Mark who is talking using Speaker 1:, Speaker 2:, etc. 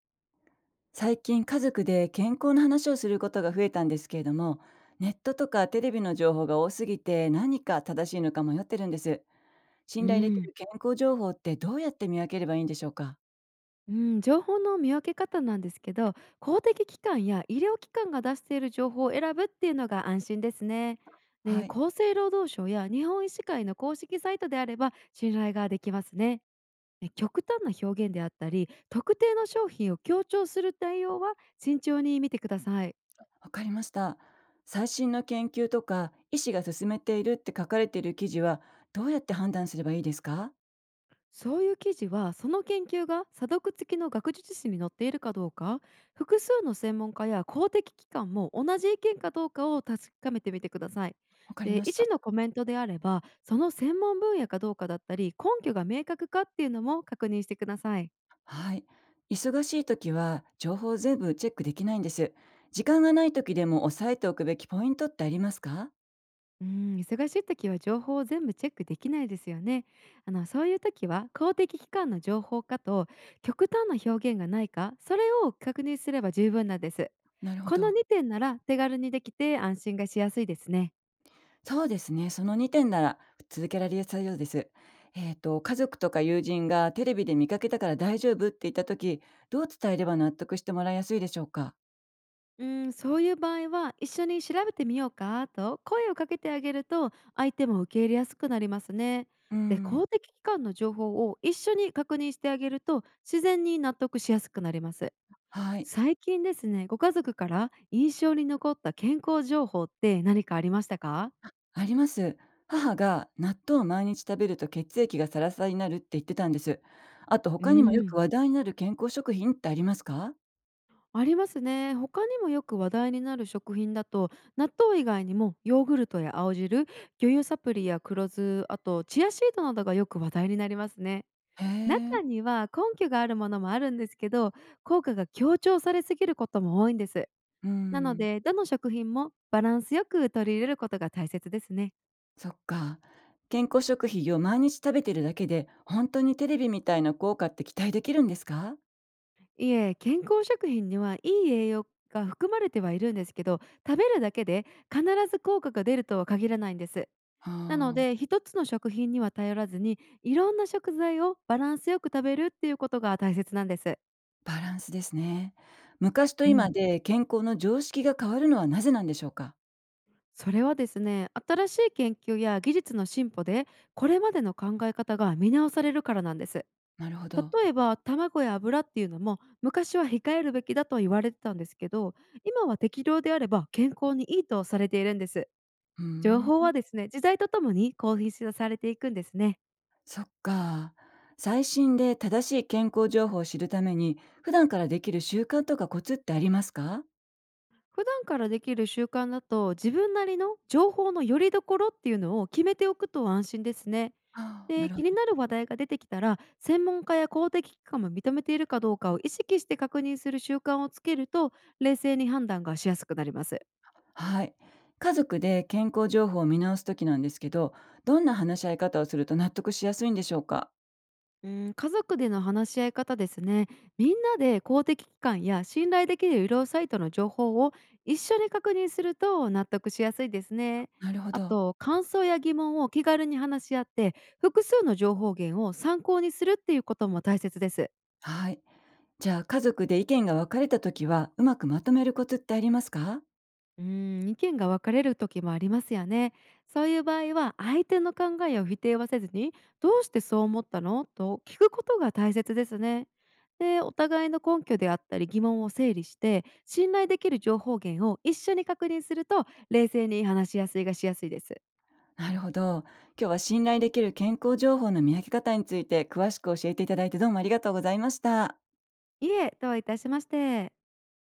Speaker 1: 最近家族で健康の話をすることが増えたんですけれども、ネットとかテレビの情報が多すぎて何か正しいのか迷ってるんです。
Speaker 2: う
Speaker 1: 信頼でき
Speaker 2: ん、
Speaker 1: る健康情報ってどうやって見分ければいいんでしょうか？
Speaker 2: うん、情報の見分け方なんですけど、公的機関や医療機関が出している情報を選ぶっていうのが安心ですね。
Speaker 1: は
Speaker 2: で、
Speaker 1: い。
Speaker 2: 厚生労働省や日本医師会の公式サイトであれば信頼ができますね。で、極端な表現であったり特定の商品を強調する対応は慎重に見てください。
Speaker 1: わかりました。最新の研究とか医師が勧めているって書かれている記事はどうやって判断すればいいですか？
Speaker 2: そういう記事はその研究が査読付きの学術誌に載っているかどうか、複数の専門家や公的機関も同じ意見かどうかを確かめてみてください。
Speaker 1: わかり
Speaker 2: で、
Speaker 1: まし
Speaker 2: 医師
Speaker 1: た。
Speaker 2: のコメントであればその専門分野かどうかだったり根拠が明確かっていうのも確認してください。
Speaker 1: はい。忙しい時は情報を全部チェックできないんです。時間がない時でも押さえておくべきポイントってありますか？
Speaker 2: うん、忙しい時は情報を全部チェックできないですよね。あの、そういう時は公的機関の情報かと極端な表現がないか、それを確認すれば十分なんです。
Speaker 1: なるほ
Speaker 2: この
Speaker 1: ど。
Speaker 2: 2点なら手軽にできて安心がしやすいですね。
Speaker 1: そうですね。その2点なら続けられやすいようです。家族とか友人がテレビで見かけたから大丈夫って言ったとき、どう伝えれば納得してもらいやすいでしょうか？
Speaker 2: うん、そういう場合は一緒に調べてみようかと声をかけてあげると相手も受け入れやすくなりますね。
Speaker 1: う
Speaker 2: で、
Speaker 1: ん。
Speaker 2: 公的機関の情報を一緒に確認してあげると自然に納得しやすくなります。
Speaker 1: はい。
Speaker 2: 最近ですね、ご家族から印象に残った健康情報って何かありましたか？
Speaker 1: あります。母が納豆を毎日食べると血液がサラサラになるって言ってたんです。あと
Speaker 2: う
Speaker 1: 他にもよ
Speaker 2: ん。
Speaker 1: く話題になる健康食品ってありますか？
Speaker 2: ありますね。他にもよく話題になる食品だと、納豆以外にもヨーグルトや青汁、魚油サプリや黒酢、あとチアシートなどがよく話題になりますね。
Speaker 1: へえ。
Speaker 2: 中には根拠があるものもあるんですけど、効果が強調されすぎることも多いんです。
Speaker 1: う
Speaker 2: なの
Speaker 1: ん。
Speaker 2: で、どの食品もバランスよく取り入れることが大切ですね。
Speaker 1: そっか。健康食品を毎日食べてるだけで、本当にテレビみたいな効果って期待できるんですか？
Speaker 2: いえ、健康食品にはいい栄養が含まれてはいるんですけど、食べるだけで必ず効果が出るとは限らないんです。
Speaker 1: は
Speaker 2: なの
Speaker 1: あ。
Speaker 2: で、一つの食品には頼らずに、いろんな食材をバランスよく食べるっていうことが大切なんです。
Speaker 1: バランスですね。昔と
Speaker 2: うん、
Speaker 1: 今で健康の常識が変わるのはなぜなんでしょうか？
Speaker 2: それはですね、新しい研究や技術の進歩で、これまでの考え方が見直されるからなんです。
Speaker 1: なるほど。
Speaker 2: 例えば卵や油っていうのも昔は控えるべきだと言われてたんですけど、今は適量であれば健康にいいとされているんです。
Speaker 1: うー
Speaker 2: 情
Speaker 1: ん、
Speaker 2: 報はですね、時代とともに更新されていくんですね。
Speaker 1: そっか。最新で正しい健康情報を知るために、普段からできる習慣とかコツってありますか？
Speaker 2: 普段からできる習慣だと自分なりの情報のよりどころっていうのを決めておくと安心ですね。
Speaker 1: ああ、な
Speaker 2: で、
Speaker 1: るほ
Speaker 2: 気に
Speaker 1: ど。
Speaker 2: なる話題が出てきたら専門家や公的機関も認めているかどうかを意識して確認する習慣をつけると、冷静に判断がしやすくなります。
Speaker 1: はい。家族で健康情報を見直すときなんですけど、どんな話し合い方をすると納得しやすいんでしょうか？
Speaker 2: うん、家族での話し合い方ですね。みんなで公的機関や信頼できる医療サイトの情報を一緒に確認すると納得しやすいですね。
Speaker 1: なるほ
Speaker 2: あ
Speaker 1: ど。
Speaker 2: と、感想や疑問を気軽に話し合って、複数の情報源を参考にするっていうことも大切です。
Speaker 1: はい。じゃあ、家族で意見が分かれたときは、うまくまとめるコツってありますか？
Speaker 2: うーん、意見が分かれる時もありますよね。そういう場合は相手の考えを否定はせずに「どうしてそう思ったの？」と聞くことが大切ですね。で、お互いの根拠であったり疑問を整理して信頼できる情報源を一緒に確認すると冷静に話し合いがしやすいです。
Speaker 1: なるほど。今日は信頼できる健康情報の見分け方について詳しく教えていただいて、どうもありがとうございました。
Speaker 2: いえ、どういたしまして。